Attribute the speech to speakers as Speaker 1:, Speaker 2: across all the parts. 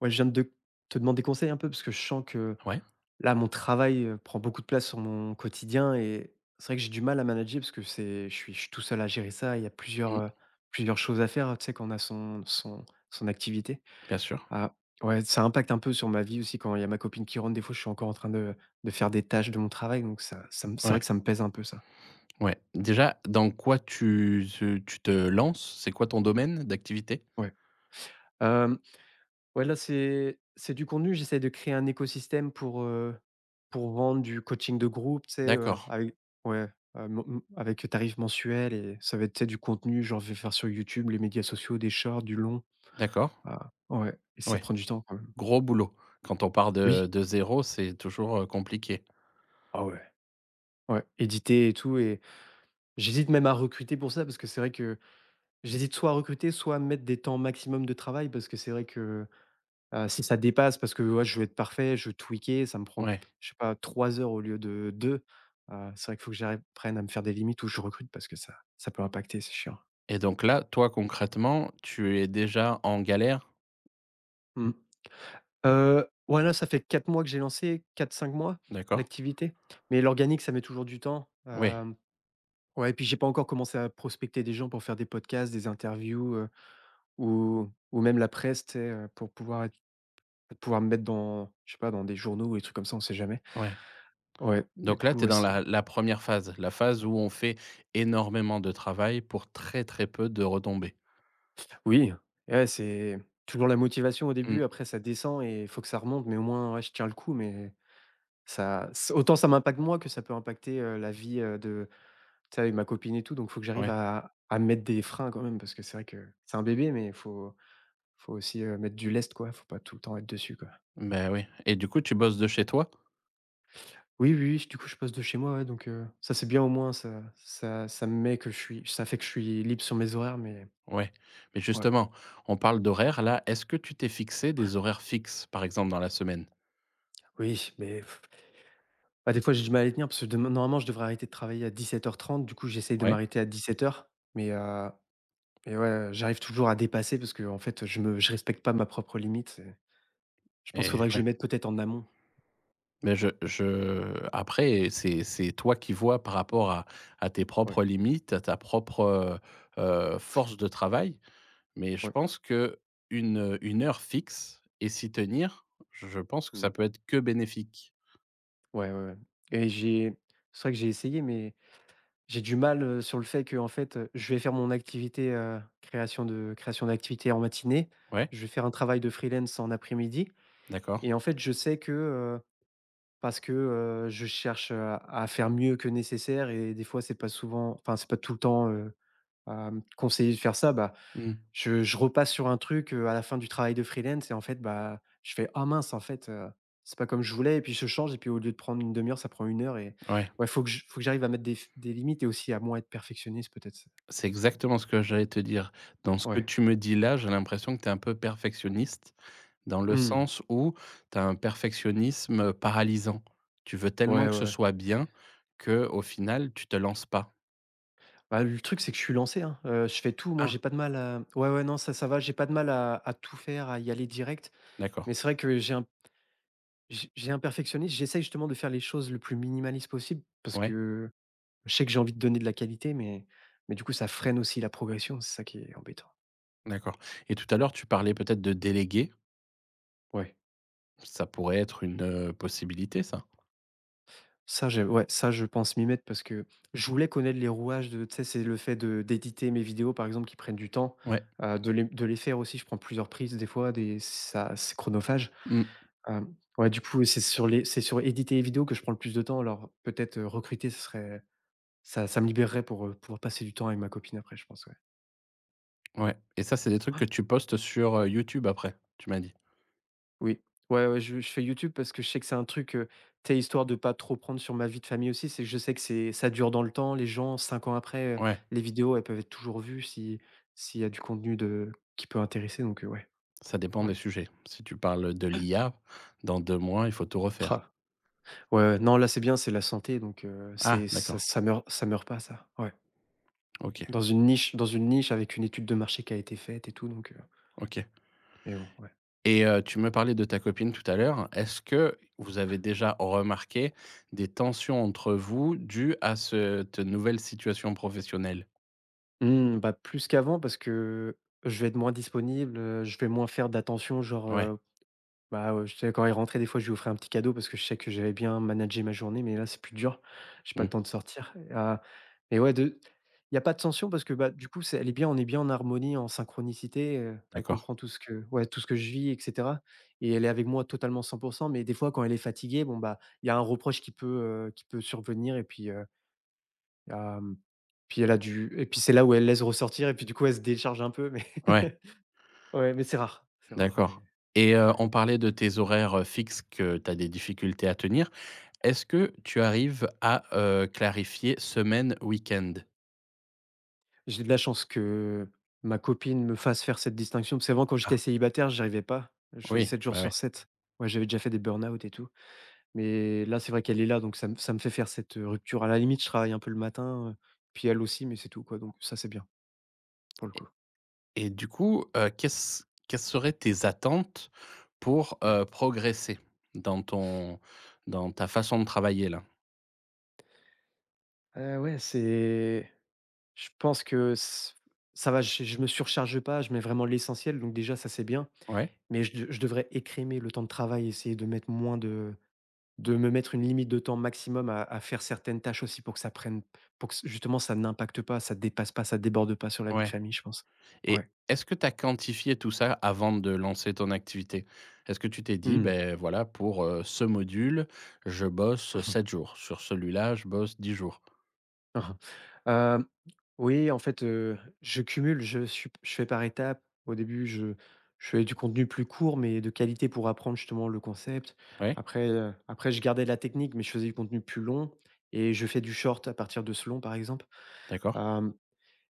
Speaker 1: Ouais, je viens de te demander conseil un peu parce que je sens que
Speaker 2: Ouais,
Speaker 1: là, mon travail prend beaucoup de place sur mon quotidien et c'est vrai que j'ai du mal à manager parce que je suis tout seul à gérer ça. Il y a
Speaker 2: mmh,
Speaker 1: plusieurs choses à faire, tu sais, quand on a son activité.
Speaker 2: bien sûr.
Speaker 1: Ah, ouais, ça impacte un peu sur ma vie aussi quand il y a ma copine qui rentre. Des fois, je suis encore en train de faire des tâches de mon travail, donc c'est vrai
Speaker 2: Ouais,
Speaker 1: que ça me pèse un peu ça.
Speaker 2: ouais. Déjà, dans quoi tu te lances? C'est quoi ton domaine d'activité?
Speaker 1: Ouais. Ouais, là, c'est du contenu. J'essaie de créer un écosystème pour vendre du coaching de groupe, tu sais,
Speaker 2: D'accord,
Speaker 1: avec ouais, mon m avec tarif mensuel et ça va être, tu sais, du contenu, genre, je vais faire sur YouTube, les médias sociaux, des shorts, du long.
Speaker 2: d'accord.
Speaker 1: Ah, ouais et ça
Speaker 2: Ouais,
Speaker 1: prend du temps quand même.
Speaker 2: gros boulot. Quand on part de
Speaker 1: Oui.
Speaker 2: de zéro, c'est toujours, compliqué.
Speaker 1: Ah ouais. Ouais, éditer et tout et j'hésite même à recruter pour ça parce que c'est vrai que j'hésite soit à recruter, soit à mettre des temps maximum de travail parce que c'est vrai que si ça dépasse parce que, ouais, je veux être parfait, je veux tweaker, ça me prend,
Speaker 2: Ouais
Speaker 1: je sais pas, 3 heures au lieu de 2. C'est vrai qu'il faut que j'apprenne à me faire des limites où je recrute parce que ça peut impacter, c'est chiant.
Speaker 2: et donc là, toi, concrètement, tu es déjà en galère?
Speaker 1: Mmh. Ouais, là, ça fait 4 mois que j'ai lancé, 4 5 mois
Speaker 2: D'accord.
Speaker 1: l'activité, mais l'organique, ça met toujours du temps,
Speaker 2: Oui,
Speaker 1: ouais, et puis j'ai pas encore commencé à prospecter des gens pour faire des podcasts, des interviews, ou même la presse, tu sais, pour pouvoir être pouvoir me mettre dans, je sais pas, dans des journaux ou des trucs comme ça, on sait jamais.
Speaker 2: ouais.
Speaker 1: Ouais, du
Speaker 2: Donc là,
Speaker 1: coup,
Speaker 2: tu es
Speaker 1: ouais,
Speaker 2: dans
Speaker 1: c'est
Speaker 2: la première phase, la phase où on fait énormément de travail pour très, très peu de retombées.
Speaker 1: oui, ouais, c'est toujours la motivation au début,
Speaker 2: Mmh,
Speaker 1: après ça descend et il faut que ça remonte, mais au moins, ouais, je tiens le coup, mais ça ç autant ça m'impacte moi que ça peut impacter, la vie, de tu sais, avec ma copine et tout, donc il faut que j'arrive
Speaker 2: ouais.
Speaker 1: à mettre des freins quand même parce que c'est vrai que c'est un bébé, mais il faut faut aussi, mettre du lest, quoi. Faut pas tout le temps être dessus, quoi.
Speaker 2: Ben oui et du coup, tu bosses de chez toi?
Speaker 1: Oui, oui, oui, du coup, je passe de chez moi, ouais, donc ça, c'est bien au moins, ça ça ça me met que je suis ça fait que je suis libre sur mes horaires, mais
Speaker 2: Ouais, mais
Speaker 1: ouais.
Speaker 2: justement, on parle d'horaires là. Est-ce que tu t'es fixé des horaires fixes, par exemple, dans la semaine?
Speaker 1: Oui, mais bah, des fois, j'ai du mal à les tenir parce que demain normalement, je devrais arrêter de travailler à 17:30. Du coup, j'essaye de
Speaker 2: Ouais
Speaker 1: m'arrêter à 17:00, mais heu, mais ouais, j'arrive toujours à dépasser parce que en fait, je respecte pas ma propre limite et je pense qu'il
Speaker 2: et
Speaker 1: faudrait que je
Speaker 2: ouais.
Speaker 1: le mette peut-être en amont.
Speaker 2: Mais je après, c'est toi qui vois par rapport à tes
Speaker 1: Ouais,
Speaker 2: propres limites, à ta propre, heu force de travail. Mais je
Speaker 1: ouais,
Speaker 2: pense que une heure fixe et s'y tenir, je pense que ça
Speaker 1: mmh,
Speaker 2: peut être que bénéfique.
Speaker 1: ouais et j'ai c'est vrai que j'ai essayé mais j'ai du mal, sur le fait que en fait, je vais faire mon activité, création d'activité en matinée.
Speaker 2: Ouais,
Speaker 1: Je vais faire un travail de freelance en après-midi
Speaker 2: d'accord.
Speaker 1: et en fait, je sais que, parce que, je cherche, à faire mieux que nécessaire et des fois, c'est pas souvent enfin, c'est pas tout le temps, à me conseiller de faire ça. Bah,
Speaker 2: Mmh.
Speaker 1: je repasse sur un truc, à la fin du travail de freelance et en fait, bah, je fais: «Ah mince, en fait, c'est pas comme je voulais» et puis je change et puis au lieu de prendre une demi heure, ça prend une heure et
Speaker 2: Ouais,
Speaker 1: ouais, faut que je faut que j'arrive à mettre des limites et aussi à moins être perfectionniste peut-être c'est
Speaker 2: c'est
Speaker 1: parce que
Speaker 2: exactement ce que j'allais te dire. Dans ce que
Speaker 1: ouais.
Speaker 2: tu me dis là, j'ai l'impression que tu es un peu perfectionniste. Dans le
Speaker 1: Mmh.
Speaker 2: sens où tu as un perfectionnisme paralysant. Tu veux tellement
Speaker 1: Ouais, ouais,
Speaker 2: que ce
Speaker 1: ouais.
Speaker 2: soit bien que au final, tu te lances pas.
Speaker 1: Bah, le truc, c'est que je suis lancé, hein, je fais tout. Moi, j'ai
Speaker 2: Ah,
Speaker 1: pas de mal à ouais, ouais, non, ça va, j'ai pas de mal à tout faire, à y aller direct.
Speaker 2: d'accord,
Speaker 1: Mais c'est vrai que j'ai un j'ai un perfectionniste, j'essaye justement de faire les choses le plus minimaliste possible parce
Speaker 2: ouais,
Speaker 1: que je sais que j'ai envie de donner de la qualité, mais du coup, ça freine aussi la progression, c'est ça qui est embêtant.
Speaker 2: d'accord et tout à l'heure, tu parlais peut-être de déléguer.
Speaker 1: Ouais.
Speaker 2: Ça pourrait être une, possibilité ça?
Speaker 1: Ça, j'ai ouais, ça, je pense m'y mettre parce que je voulais connaître les rouages de tu sais, c'est le fait de d'éditer mes vidéos, par exemple, qui prennent du temps,
Speaker 2: Ouais,
Speaker 1: de les faire aussi. Je prends plusieurs prises des fois, des ça c'est chronophage.
Speaker 2: mmh,
Speaker 1: Ouais, du coup, c'est sur les c'est sur éditer les vidéos que je prends le plus de temps, alors peut-être, recruter, ce serait ça me libérerait pour, pouvoir passer du temps avec ma copine après, je pense, ouais.
Speaker 2: ouais et ça, c'est des trucs que
Speaker 1: Ouais,
Speaker 2: tu postes sur, YouTube après, tu m'as dit?
Speaker 1: oui. Ouais, ouais, je fais YouTube parce que je sais que c'est un truc, tu sais, histoire de pas trop prendre sur ma vie de famille aussi, c'est que je sais que c'est ça dure dans le temps. Les gens 5 ans après,
Speaker 2: Ouais,
Speaker 1: les vidéos, elles peuvent être toujours vues si s'il y a du contenu de qui peut intéresser donc ouais,
Speaker 2: ça dépend
Speaker 1: ouais.
Speaker 2: des sujets. Si tu parles de l'IA, dans 2 mois, il faut tout refaire.
Speaker 1: Rah! Ouais, ouais, non, là, c'est bien, c'est la santé donc
Speaker 2: Ah
Speaker 1: c'est ça
Speaker 2: d'accord,
Speaker 1: ça meurt pas ça, ouais.
Speaker 2: OK,
Speaker 1: Dans une niche avec une étude de marché qui a été faite et tout donc
Speaker 2: OK.
Speaker 1: mais bon, ouais.
Speaker 2: Et tu me parlais de ta copine tout à l'heure. Est-ce que vous avez déjà remarqué des tensions entre vous dues à cette nouvelle situation professionnelle?
Speaker 1: Mmh, bah, plus qu'avant parce que je vais être moins disponible, je vais moins faire d'attention genre,
Speaker 2: Ouais,
Speaker 1: je sais quand il rentrait des fois je lui offrais un petit cadeau parce que je sais que j'avais bien managé ma journée, mais là c'est plus dur. J'ai pas le
Speaker 2: mmh,
Speaker 1: temps de sortir et ah et ouais de il y a pas de tension parce que, bah, du coup c'est elle est bien on est bien en harmonie, en synchronicité, elle
Speaker 2: d'accord.
Speaker 1: comprend tout ce que ouais tout ce que je vis et cetera et elle est avec moi totalement 100 mais des fois quand elle est fatiguée, bon, bah, il y a un reproche qui peut survenir et puis, Hem, puis elle a dû et puis c'est là où elle laisse ressortir et puis du coup elle se décharge un peu, mais
Speaker 2: Ouais,
Speaker 1: ouais, mais c'est rare,
Speaker 2: d'accord.
Speaker 1: mais
Speaker 2: Et
Speaker 1: ouais.
Speaker 2: on parlait de tes horaires, fixes que tu as des difficultés à tenir. Est-ce que tu arrives à, clarifier semaine, week-end?
Speaker 1: J'ai de la chance que ma copine me fasse faire cette distinction, parce qu'avant quand j'étais
Speaker 2: Ah
Speaker 1: célibataire, j'arrivais pas. Je faisais
Speaker 2: oui,
Speaker 1: 7 jours
Speaker 2: bah
Speaker 1: sur
Speaker 2: ouais.
Speaker 1: 7. Ouais, j'avais déjà fait des burn-out et tout, mais là, c'est vrai qu'elle est là, donc ça me fait faire cette, rupture. À la limite, je travaille un peu le matin, puis elle aussi, mais c'est tout quoi, donc ça, c'est bien pour le
Speaker 2: Et
Speaker 1: coup.
Speaker 2: et du coup, qu'est-ce quelles seraient tes attentes pour,
Speaker 1: Ouais.
Speaker 2: progresser dans ton dans ta façon de travailler là?
Speaker 1: Ouais, c'est je pense que ç ça va, je me surcharge pas, je mets vraiment l'essentiel, donc déjà ça c'est bien.
Speaker 2: Ouais,
Speaker 1: Mais je devrais écrémer le temps de travail, essayer de mettre moins de me mettre une limite de temps maximum à faire certaines tâches aussi pour que ça prenne pour que justement ça n'impacte pas, ça dépasse pas, ça déborde pas sur la vie de
Speaker 2: ouais
Speaker 1: famille, je pense.
Speaker 2: et
Speaker 1: Ouais.
Speaker 2: est-ce que tu as quantifié tout ça avant de lancer ton activité? Est-ce que tu t'es dit:
Speaker 1: Mmh.
Speaker 2: ben voilà pour, ce module, je bosse,
Speaker 1: Mmh
Speaker 2: 7 jours. Sur celui-là, je bosse 10 jours»?
Speaker 1: Oui, en fait, je cumule, je fais par étapes. Au début, je fais du contenu plus court, mais de qualité pour apprendre justement le concept.
Speaker 2: Ouais,
Speaker 1: Après, je gardais de la technique, mais je faisais du contenu plus long et je fais du short à partir de ce long, par exemple.
Speaker 2: d'accord.
Speaker 1: Hem,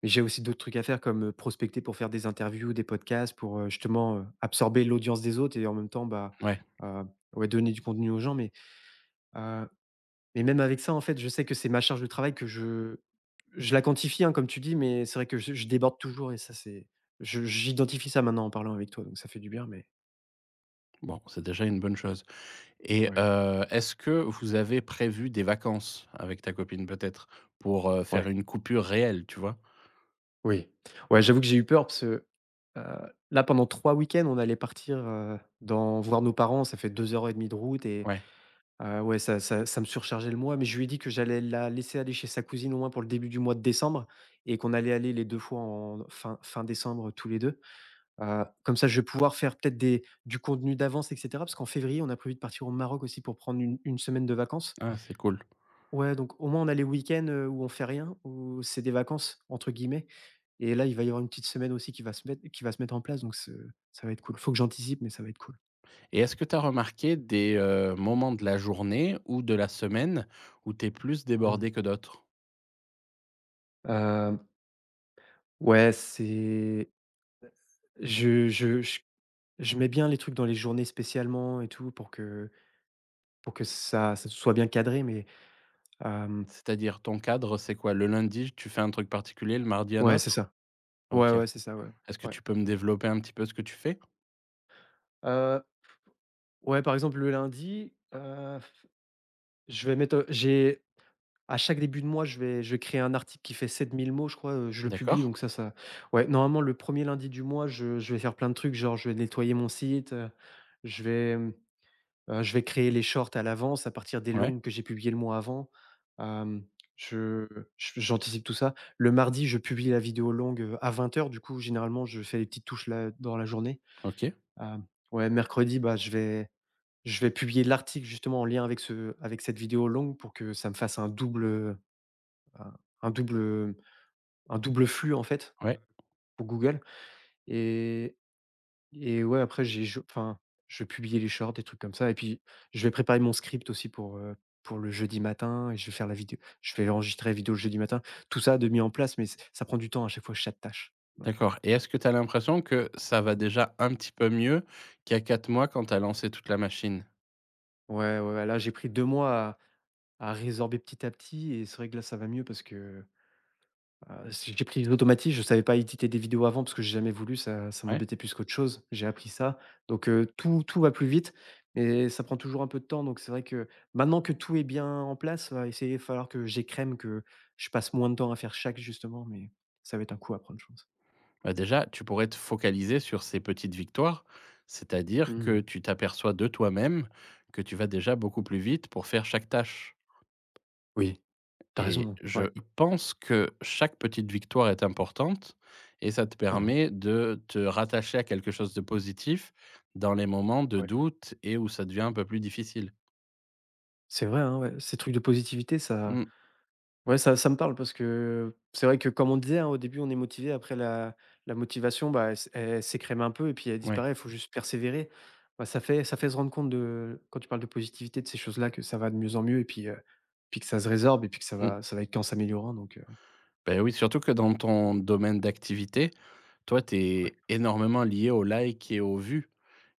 Speaker 1: j'ai aussi d'autres trucs à faire comme, prospecter pour faire des interviews, des podcasts pour, justement, absorber l'audience des autres et en même temps, bah,
Speaker 2: Ouais,
Speaker 1: heu, ouais, donner du contenu aux gens, mais même avec ça, en fait, je sais que c'est ma charge de travail que je la quantifie, hein, comme tu dis, mais c'est vrai que je déborde toujours et ça, c'est je j'identifie ça maintenant en parlant avec toi, donc ça fait du bien, mais
Speaker 2: bon, c'est déjà une bonne chose et
Speaker 1: ouais,
Speaker 2: est-ce que vous avez prévu des vacances avec ta copine peut-être? Pour, faire
Speaker 1: ouais,
Speaker 2: une coupure réelle, tu vois?
Speaker 1: oui. Ouais, j'avoue que j'ai eu peur parce que, heu, là, pendant 3 week-ends, on allait partir, dans voir nos parents. Ça fait 2 heures et demie de route et
Speaker 2: Ouais,
Speaker 1: ouais, ça me surchargeait le mois, mais je lui ai dit que j'allais la laisser aller chez sa cousine au moins pour le début du mois de décembre et qu'on allait aller les 2 fois en fin décembre tous les 2. Comme ça, je vais pouvoir faire peut-être des du contenu d'avance et cetera, parce qu'en février, on a prévu de partir au Maroc aussi pour prendre une semaine de vacances.
Speaker 2: ah, c'est cool.
Speaker 1: Ouais, donc au moins on a les week-ends, où on fait rien, où c'est des «vacances» entre guillemets. Et là, il va y avoir une petite semaine aussi qui va se mettre en place, donc ce ça va être cool. Faut que j'anticipe, mais ça va être cool.
Speaker 2: Et est-ce que tu as remarqué des, moments de la journée ou de la semaine où tu es plus
Speaker 1: Mmh.
Speaker 2: débordé que d'autres?
Speaker 1: Hem, ouais, c'est je j je mets bien les trucs dans les journées spécialement et tout pour que ça soit bien cadré, mais hem,
Speaker 2: C'est-à-dire ton cadre, c'est quoi? Le lundi, tu fais un truc particulier, le mardi un
Speaker 1: ouais, c'est
Speaker 2: autre?
Speaker 1: ça. Ouais,
Speaker 2: OK.
Speaker 1: ouais, c'est ça, ouais,
Speaker 2: Est-ce que
Speaker 1: ouais.
Speaker 2: tu peux me développer un petit peu ce que tu fais?
Speaker 1: Heu Ouais, par exemple, le lundi, je vais mettre, j'ai à chaque début de mois, je vais créer un article qui fait 7000 mots, je crois, je le
Speaker 2: D'accord,
Speaker 1: publie donc ça. Ouais, normalement, le premier lundi du mois, je vais faire plein de trucs, genre, je vais nettoyer mon site, je vais, mmh, je vais créer les shorts à l'avance à partir des
Speaker 2: ouais,
Speaker 1: longues que j'ai publiées le mois avant. Hem, je je J'anticipe tout ça. Le mardi, je publie la vidéo longue, à 20 h, du coup, généralement, je fais les petites touches là, dans la journée.
Speaker 2: OK,
Speaker 1: Hem, ouais, mercredi, bah, je vais publier l'article justement en lien avec ce avec cette vidéo longue pour que ça me fasse un double, un un double, un double flux en fait,
Speaker 2: ouais,
Speaker 1: pour Google, et et ouais, après j'ai je enfin, je vais publier les shorts, des trucs comme ça, et puis je vais préparer mon script aussi pour le jeudi matin, et je vais faire la vidéo, je vais enregistrer la vidéo le jeudi matin. Tout ça de mis en place, mais ç ça prend du temps à chaque fois, chaque tâche, donc,
Speaker 2: d'accord et est-ce que tu as l'impression que ça va déjà un petit peu mieux qu'il y a 4 mois quand tu as lancé toute la machine?
Speaker 1: ouais, ouais, ouais, là j'ai pris 2 mois à résorber petit à petit, et c'est vrai que là ça va mieux parce que si j'ai pris les automatismes, je ne savais pas éditer des vidéos avant parce que j'ai jamais voulu, ça
Speaker 2: Ouais.
Speaker 1: m'embêtait plus qu'autre chose. J'ai appris ça, donc tout va plus vite, et ça prend toujours un peu de temps, donc c'est vrai que maintenant que tout est bien en place, va essayer falloir que j'écrème, que je passe moins de temps à faire chaque, justement, mais ça va être un coup à prendre, je pense.
Speaker 2: Bah, déjà, tu pourrais te focaliser sur ces petites victoires, c'est-à-dire que
Speaker 1: Mmh.
Speaker 2: tu t'aperçois de toi-même que tu vas déjà beaucoup plus vite pour faire chaque tâche.
Speaker 1: Oui, t'as
Speaker 2: Et
Speaker 1: raison,
Speaker 2: je
Speaker 1: ouais.
Speaker 2: pense que chaque petite victoire est importante et ça te
Speaker 1: Mmh.
Speaker 2: permet de te rattacher à quelque chose de positif dans les moments de
Speaker 1: Ouais.
Speaker 2: doute et où ça devient un peu plus difficile.
Speaker 1: C'est vrai, hein, ouais, ces trucs de positivité, ça.
Speaker 2: Mmh,
Speaker 1: Ouais, ça me parle parce que c'est vrai que comme on disait, hein, au début, on est motivé, après la motivation, bah, elle s'écrème un peu, et puis elle
Speaker 2: ouais,
Speaker 1: disparaît, il faut juste persévérer. Bah, ça fait se rendre compte de quand tu parles de positivité, de ces choses-là, que ça va de mieux en mieux, et puis, puis que ça se résorbe et puis que ça
Speaker 2: mmh.
Speaker 1: va ça va être qu'en s'améliorant, donc
Speaker 2: Beh, oui, surtout que dans ton domaine d'activité, toi, tu
Speaker 1: ouais.
Speaker 2: es énormément lié aux likes et aux vues.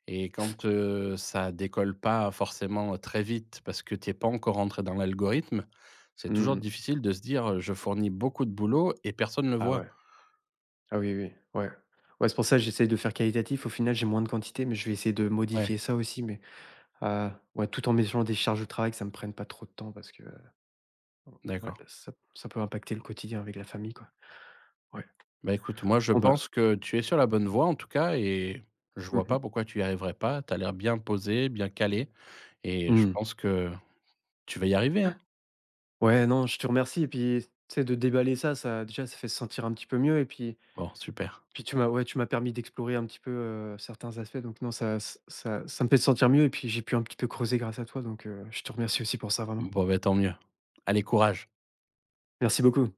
Speaker 2: Et quand, ça décolle pas forcément très vite parce que t'es pas encore rentré dans l'algorithme, c'est
Speaker 1: Mmh
Speaker 2: toujours
Speaker 1: mh.
Speaker 2: difficile de se dire, «Je fournis beaucoup de boulot et personne ne le
Speaker 1: Ah
Speaker 2: voit».
Speaker 1: ouais. Ah oui, oui, oui. Ouais. Ouais, c'est pour ça que j'essaie de faire qualitatif. Au final, j'ai moins de quantité, mais je vais essayer de
Speaker 2: Ouais,
Speaker 1: modifier ça aussi, mais, ouais, tout en mettant des charges de travail que ça me prenne pas trop de temps parce que Mmh, ouais,
Speaker 2: d'accord.
Speaker 1: ça peut impacter le quotidien avec la famille, quoi. Ouais.
Speaker 2: Bah, écoute, moi, je
Speaker 1: Bon, bah,
Speaker 2: pense que tu es sur la bonne voie, en tout cas et je vois
Speaker 1: mmh mh.
Speaker 2: pas pourquoi tu y arriverais pas. Tu as l'air bien posé, bien calé et je
Speaker 1: Mmh.
Speaker 2: pense que tu vas y arriver, hein.
Speaker 1: Ouais, non, je te remercie, et puis, tu sais, de déballer ça, ça déjà, ça fait se sentir un petit peu mieux, et puis
Speaker 2: Bon, super.
Speaker 1: puis tu m'as ouais, tu m'as permis d'explorer un petit peu, certains aspects, donc non, ça ç ça ça me fait sentir mieux, et puis j'ai pu un petit peu creuser grâce à toi, donc je te remercie aussi pour ça, vraiment.
Speaker 2: Bon, bah, tant mieux. Allez, courage.
Speaker 1: Merci beaucoup.